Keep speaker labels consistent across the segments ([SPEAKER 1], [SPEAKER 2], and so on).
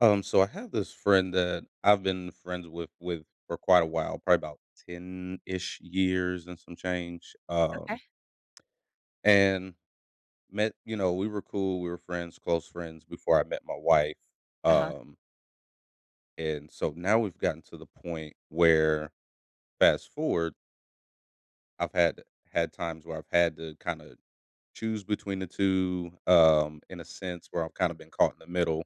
[SPEAKER 1] So I have this friend that I've been friends with for quite a while, probably about 10-ish years and some change. Um,
[SPEAKER 2] Okay.
[SPEAKER 1] and met, we were cool, we were friends, close friends before I met my wife.
[SPEAKER 2] Uh-huh,
[SPEAKER 1] Um, and so now we've gotten to the point where, fast forward, I've had times where I've had to kind of choose between the two, in a sense where I've kind of been caught in the middle.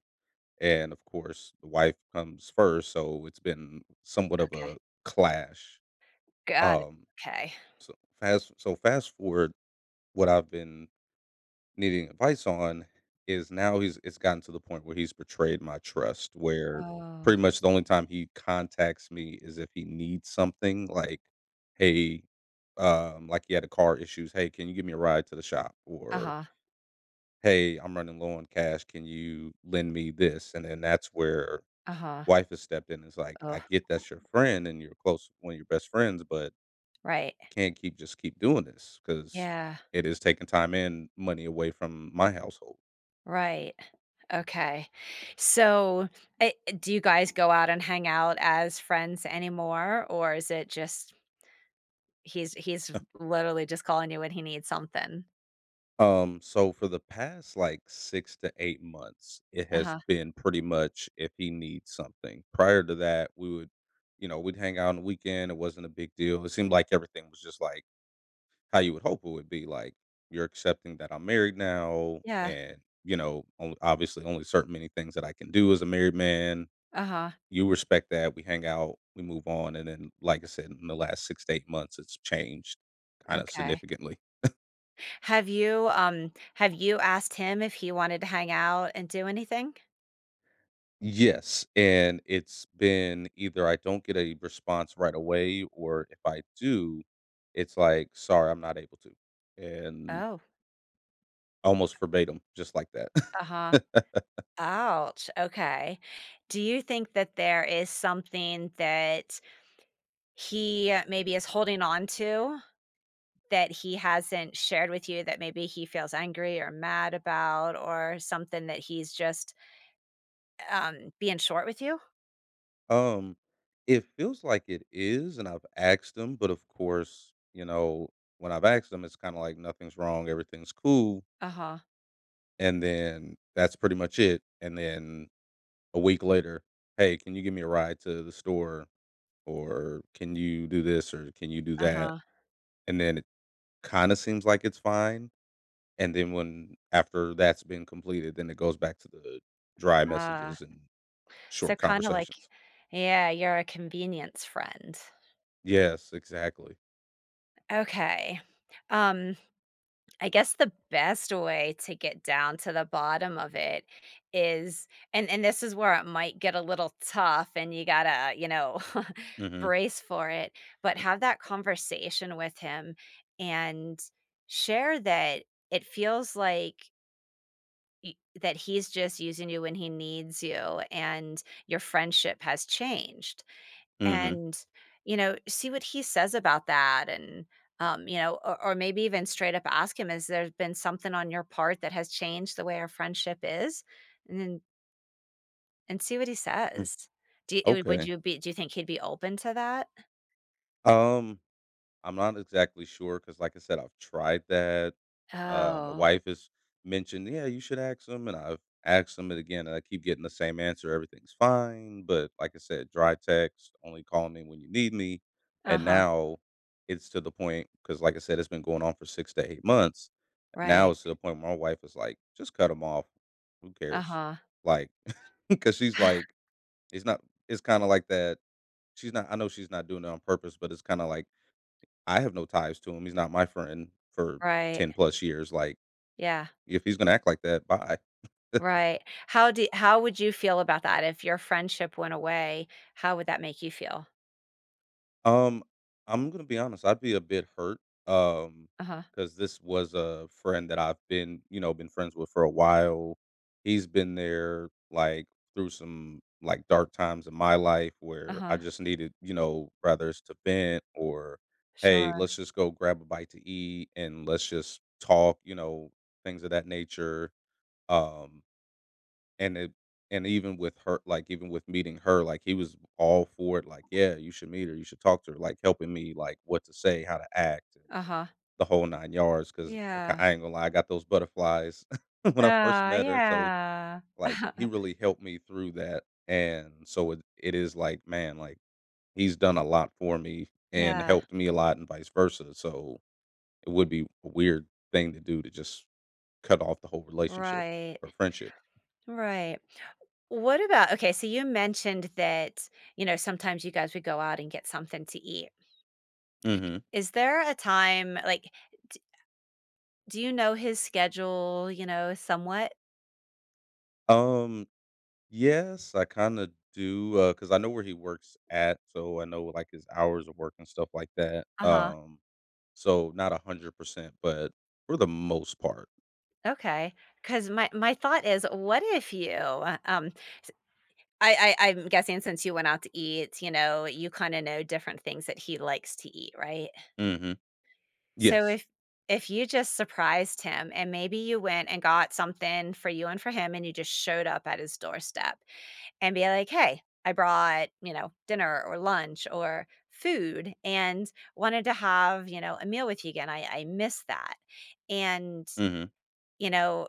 [SPEAKER 1] And of course the wife comes first, so it's been somewhat of a
[SPEAKER 2] okay.
[SPEAKER 1] clash.
[SPEAKER 2] Got it,
[SPEAKER 1] um
[SPEAKER 2] okay.
[SPEAKER 1] so fast so fast forward, what I've been needing advice on is, now he's it's gotten to the point where he's betrayed my trust, where
[SPEAKER 2] Oh,
[SPEAKER 1] pretty much the only time he contacts me is if he needs something, like, hey, like, he had a car issues, hey, can you give me a ride to the shop, or
[SPEAKER 2] uh-huh,
[SPEAKER 1] hey, I'm running low on cash, can you lend me this? And then that's where
[SPEAKER 2] uh-huh.
[SPEAKER 1] wife has stepped in. It's like,
[SPEAKER 2] Oh,
[SPEAKER 1] "I get that's your friend and you're close, one of your best friends, but
[SPEAKER 2] right.
[SPEAKER 1] can't keep just keep doing this because
[SPEAKER 2] Yeah,
[SPEAKER 1] it is taking time and money away from my household."
[SPEAKER 2] right. Okay. So, eh, do you guys go out and hang out as friends anymore, or is it just he's literally just calling you when he needs something?
[SPEAKER 1] So for the past, like, 6 to 8 months, it has
[SPEAKER 2] Uh-huh.
[SPEAKER 1] been pretty much if he needs something. Prior to that, we would, you know, we'd hang out on the weekend. It wasn't a big deal. It seemed like everything was just like how you would hope it would be. Like, you're accepting that I'm married now,
[SPEAKER 2] Yeah.
[SPEAKER 1] and, you know, only, obviously, only certain many things that I can do as a married man.
[SPEAKER 2] Uh-huh.
[SPEAKER 1] You respect that. We hang out. We move on. And then, like I said, in the last 6 to 8 months, it's changed kind of
[SPEAKER 2] Okay.
[SPEAKER 1] significantly.
[SPEAKER 2] Have you asked him if he wanted to hang out and do anything?
[SPEAKER 1] Yes, and it's been either I don't get a response right away, or if I do, it's like, sorry, I'm not able to, and
[SPEAKER 2] Oh,
[SPEAKER 1] almost verbatim, just like
[SPEAKER 2] uh-huh.
[SPEAKER 1] that.
[SPEAKER 2] Ouch, okay. Do you think that there is something that he maybe is holding on to that he hasn't shared with you, that maybe he feels angry or mad about, or something that he's just, being short with you?
[SPEAKER 1] Um, it feels like it is, and I've asked them, but of course, you know, when I've asked them, it's kind of like, nothing's wrong, everything's cool,
[SPEAKER 2] Uh-huh,
[SPEAKER 1] and then that's pretty much it. And then a week later, hey, can you give me a ride to the store, or can you do this, or can you do that?
[SPEAKER 2] uh-huh,
[SPEAKER 1] And then it kind of seems like it's fine. And then, when after that's been completed, then it goes back to the dry
[SPEAKER 2] ah,
[SPEAKER 1] messages and
[SPEAKER 2] so
[SPEAKER 1] short
[SPEAKER 2] kinda like,
[SPEAKER 1] conversations.
[SPEAKER 2] yeah, you're a convenience friend.
[SPEAKER 1] Yes, exactly.
[SPEAKER 2] Okay, um I guess the best way to get down to the bottom of it is, and this is where it might get a little tough and you gotta, you know,
[SPEAKER 1] Mm-hmm.
[SPEAKER 2] brace for it, but have that conversation with him and share that it feels like y- that he's just using you when he needs you and your friendship has changed,
[SPEAKER 1] Mm-hmm.
[SPEAKER 2] and you know, see what he says about that. And you know, or maybe even straight up ask him, has there been something on your part that has changed the way our friendship is, and then and see what he says. Do you, would
[SPEAKER 1] Okay.
[SPEAKER 2] you be, do you think he'd be open to that?
[SPEAKER 1] Um, I'm not exactly sure because, like I said, I've tried that. My
[SPEAKER 2] Oh,
[SPEAKER 1] wife has mentioned, yeah, you should ask them, and I've asked them it again, and I keep getting the same answer. Everything's fine, but like I said, dry text, only call me when you need me. And
[SPEAKER 2] uh-huh,
[SPEAKER 1] now it's to the point because, like I said, it's been going on for 6 to 8 months. Now
[SPEAKER 2] right,
[SPEAKER 1] it's to the point where my wife is like, just cut them off. Who cares?
[SPEAKER 2] uh-huh.
[SPEAKER 1] Like, because she's like, it's not. It's kind of like that. She's not I know she's not doing it on purpose, but it's kinda like, I have no ties to him, he's not my friend for
[SPEAKER 2] Right,
[SPEAKER 1] 10 plus years, like,
[SPEAKER 2] yeah,
[SPEAKER 1] if he's gonna act like that, bye.
[SPEAKER 2] right. How do, how would you feel about that if your friendship went away? How would that make you feel?
[SPEAKER 1] Um, I'm gonna be honest. I'd be a bit hurt, um,
[SPEAKER 2] Uh-huh,
[SPEAKER 1] because this was a friend that I've been, you know, been friends with for a while. He's been there, like, through some, like, dark times in my life where I
[SPEAKER 2] uh-huh,
[SPEAKER 1] just needed, you know, whether it's to vent, or, hey,
[SPEAKER 2] sure,
[SPEAKER 1] let's just go grab a bite to eat and let's just talk, you know, things of that nature. Um, and it and even with her, like, even with meeting her, like, he was all for it, like, "Yeah, you should meet her, you should talk to her," like, helping me, like, what to say, how to act, and
[SPEAKER 2] uh-huh,
[SPEAKER 1] the whole 9 yards. Because
[SPEAKER 2] yeah.
[SPEAKER 1] I ain't gonna lie, I got those butterflies when I first
[SPEAKER 2] Ah,
[SPEAKER 1] met her, so,
[SPEAKER 2] yeah.
[SPEAKER 1] like, he really helped me through that, and so it is like, man, like, he's done a lot for me and
[SPEAKER 2] Yeah.
[SPEAKER 1] helped me a lot, and vice versa, so it would be a weird thing to do to just cut off the whole relationship
[SPEAKER 2] Right.
[SPEAKER 1] or friendship.
[SPEAKER 2] Right. What about, okay, so you mentioned that, you know, sometimes you guys would go out and get something to eat.
[SPEAKER 1] Mhm.
[SPEAKER 2] Is there a time like, d do you know his schedule, you know, somewhat?
[SPEAKER 1] Um Yes, I kinda do, because I know where he works at, so I know, like, his hours of work and stuff like that,
[SPEAKER 2] Uh-huh. Okay.
[SPEAKER 1] so not 100%, but for the most part.
[SPEAKER 2] Okay, because my thought is, what if you, I'm guessing since you went out to eat, you know, you kinda know different things that he likes to eat, right?
[SPEAKER 1] Mhm.
[SPEAKER 2] So
[SPEAKER 1] Yes.
[SPEAKER 2] if you just surprised him and maybe you went and got something for you and for him and you just showed up at his doorstep and be like, "Hey, I brought, you know, dinner or lunch or food, and wanted to have, you know, a meal with you again. I miss that." And,
[SPEAKER 1] Mhm.
[SPEAKER 2] you know,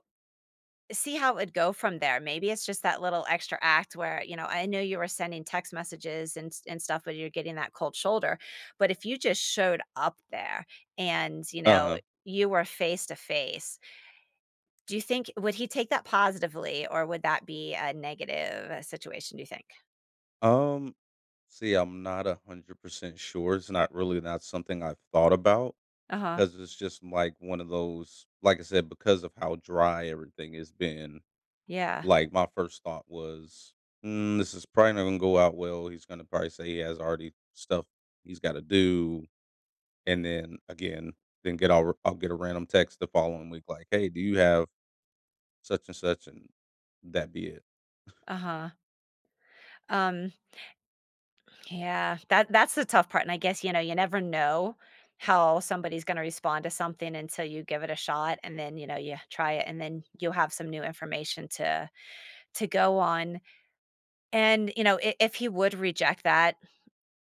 [SPEAKER 2] see how it'd go from there. Maybe it's just that little extra act where, you know, I know you were sending text messages and stuff, but you're getting that cold shoulder. But if you just showed up there and, you know,
[SPEAKER 1] Uh-huh.
[SPEAKER 2] you were face to face, do you think, would he take that positively, or would that be a negative situation, do you think?
[SPEAKER 1] Um, see, I'm not 100% sure, it's not really not something I've thought about,
[SPEAKER 2] Uh-huh.
[SPEAKER 1] because it's just, like, one of those, like I said, because of how dry everything has been.
[SPEAKER 2] Yeah.
[SPEAKER 1] Like, my first thought was, "Mm, this is probably not gonna go out well, he's gonna probably say he has already stuff he's gotta do," and then, again, then get I'll get a random text the following week like, "Hey, do you have such and such?" and that be it.
[SPEAKER 2] Uh-huh. Um Yeah, that's the tough part, and I guess, you know, you never know how somebody's gonna respond to something until you give it a shot, and then, you know, you try it, and then you'll have some new information to go on. And, you know, I if he would reject that,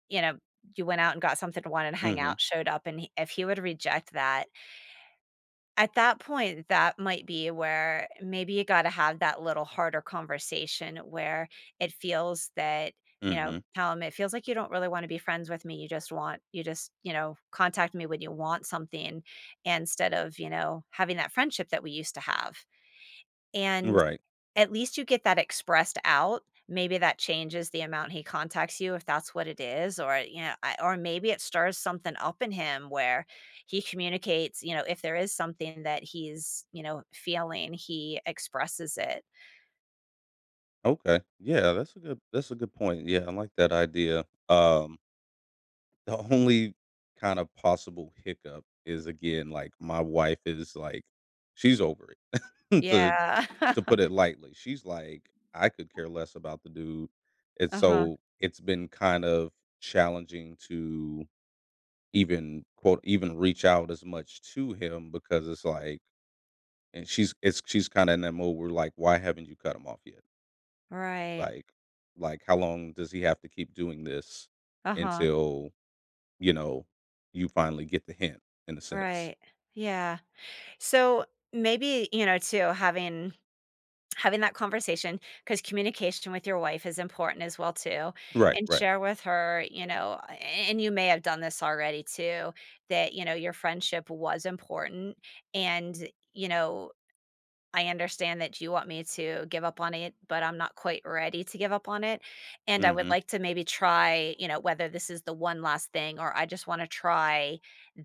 [SPEAKER 2] you know, you went out and got something to want to hang
[SPEAKER 1] Mhm,
[SPEAKER 2] out, showed up, and he if he would reject that at that point, that might be where maybe you gotta have that little harder conversation where it feels that, you know,
[SPEAKER 1] mhm.
[SPEAKER 2] tell 'em, "It feels like you don't really wanna be friends with me, you just want, you know, contact me when you want something," instead of, you know, having that friendship that we used to have. And
[SPEAKER 1] Right.
[SPEAKER 2] at least you get that expressed out. Maybe that changes the amount he contacts you, if that's what it is, or, you know, I or maybe it stirs something up in him where he communicates, you know, if there is something that he's, you know, feeling, he expresses it.
[SPEAKER 1] Okay. Yeah, that's a good point, yeah, I like that idea. The only kind of possible hiccup is, again, like, my wife is, like, she's over it. to
[SPEAKER 2] Yeah.
[SPEAKER 1] To put it lightly, she's like, "I could care less about the dude." And
[SPEAKER 2] Uh-huh.
[SPEAKER 1] so it's been kind of challenging to even, quote, even reach out as much to him, because it's like, and she's it's she's kinda in that mode where, like, "Why haven't you cut him off yet?"
[SPEAKER 2] Right.
[SPEAKER 1] Like like, "How long does he have to keep doing this
[SPEAKER 2] Uh-huh.
[SPEAKER 1] until, you know, you finally get the hint," in a sense.
[SPEAKER 2] Right. Yeah. So, maybe, you know, too, having that conversation, because communication with your wife is important as well too,
[SPEAKER 1] Right,
[SPEAKER 2] and
[SPEAKER 1] right.
[SPEAKER 2] share with her, you know, a- and you may have done this already too, that you know your friendship was important, and, you know, I understand that you want me to give up on it, but I'm not quite ready to give up on it,
[SPEAKER 1] Mm.
[SPEAKER 2] and I would
[SPEAKER 1] Mhm.
[SPEAKER 2] like to maybe try, you know, whether this is the one last thing, or I just want to try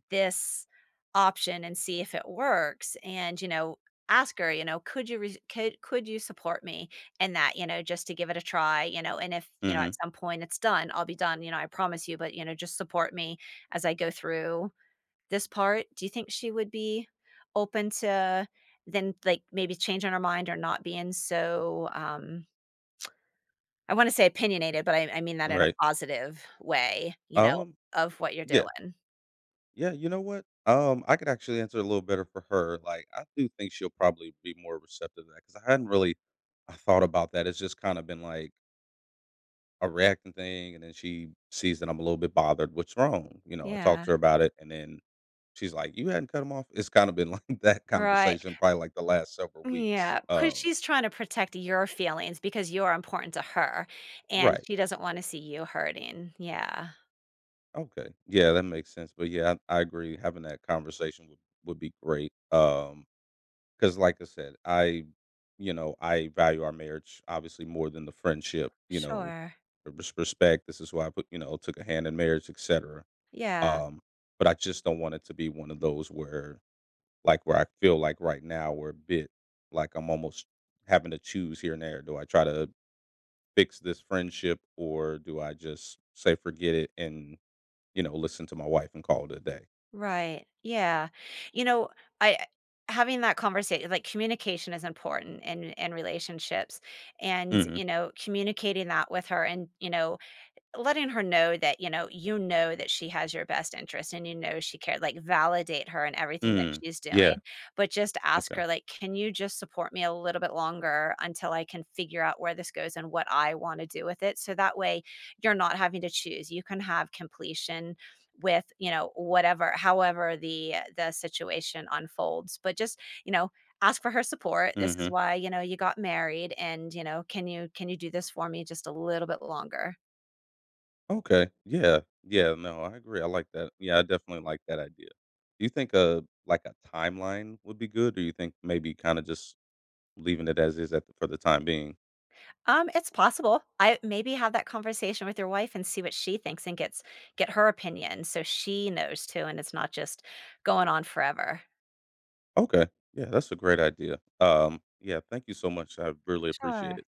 [SPEAKER 2] this option and see if it works. And, you know, ask her, you know, could you support me in that, you know, just to give it a try, you know, and if, you know,
[SPEAKER 1] Mm.
[SPEAKER 2] at some point it's done, I'll be done, you know, I promise you, but, you know, just support me as I go through this part. Do you think she would be open to then, like, maybe changing her mind, or not being so, I wanna say opinionated, but I mean that
[SPEAKER 1] Mhm,
[SPEAKER 2] in a
[SPEAKER 1] right.
[SPEAKER 2] positive way, you know,
[SPEAKER 1] Um,
[SPEAKER 2] of what you're
[SPEAKER 1] yeah.
[SPEAKER 2] doing.
[SPEAKER 1] Yeah, you know what? I could actually answer a little better for her. Like, I do think she'll probably be more receptive to that, because I hadn't really I thought about that. It's just kind of been like a reacting thing, and then she sees that I'm a little bit bothered. What's wrong? You know, I talked
[SPEAKER 2] Yeah,
[SPEAKER 1] to her about it, and then she's like, "You hadn't cut him off." It's kind of been like, that
[SPEAKER 2] right.
[SPEAKER 1] conversation, probably, like, the last several weeks.
[SPEAKER 2] Yeah, because
[SPEAKER 1] Um,
[SPEAKER 2] she's trying to protect your feelings, because you are important to her, and
[SPEAKER 1] right?
[SPEAKER 2] she doesn't wanna see you hurting. Yeah,
[SPEAKER 1] Okay, yeah, that makes sense. But yeah, I agree. Having that conversation would be great. 'Cause like I said, I value our marriage obviously more than the friendship, you know,
[SPEAKER 2] sure.
[SPEAKER 1] the respect, this is why I took a hand in marriage, etcetera.
[SPEAKER 2] Yeah.
[SPEAKER 1] Um, but I just don't want it to be one of those where, like, where I feel like right now we're a bit, like, I'm almost having to choose here and there. Do I try to fix this friendship, or do I just say forget it and, you know, listen to my wife and call it a day?
[SPEAKER 2] Right. Yeah. You know, I having that conversation, like, communication is important in relationships, and,
[SPEAKER 1] Mhm.
[SPEAKER 2] you know, communicating that with her and, you know, letting her know that, you know that she has your best interest and, you know, she cared, like, validate her in everything that
[SPEAKER 1] Mm.
[SPEAKER 2] she's doing,
[SPEAKER 1] Yeah.
[SPEAKER 2] but just ask
[SPEAKER 1] Okay.
[SPEAKER 2] her, like, "Can you just support me a little bit longer until I can figure out where this goes and what I wanna do with it?" So that way, you're not having to choose. You can have completion with, you know, whatever, however the situation unfolds, but just, you know, ask for her support. "This is
[SPEAKER 1] Mhm.
[SPEAKER 2] why, you know, you got married, and, you know, can you, can you do this for me just a little bit longer?"
[SPEAKER 1] Okay. Yeah. Yeah. No, I agree. I like that. Yeah, I definitely like that idea. Do you think a timeline would be good, or you think maybe, kind of, just leaving it as is for the time being?
[SPEAKER 2] It's possible. I maybe have that conversation with your wife and see what she thinks and get her opinion so she knows too, and it's not just going on forever.
[SPEAKER 1] Okay. Yeah, that's a great idea. Yeah. Thank you so much. I really appreciate
[SPEAKER 2] Sure.
[SPEAKER 1] it.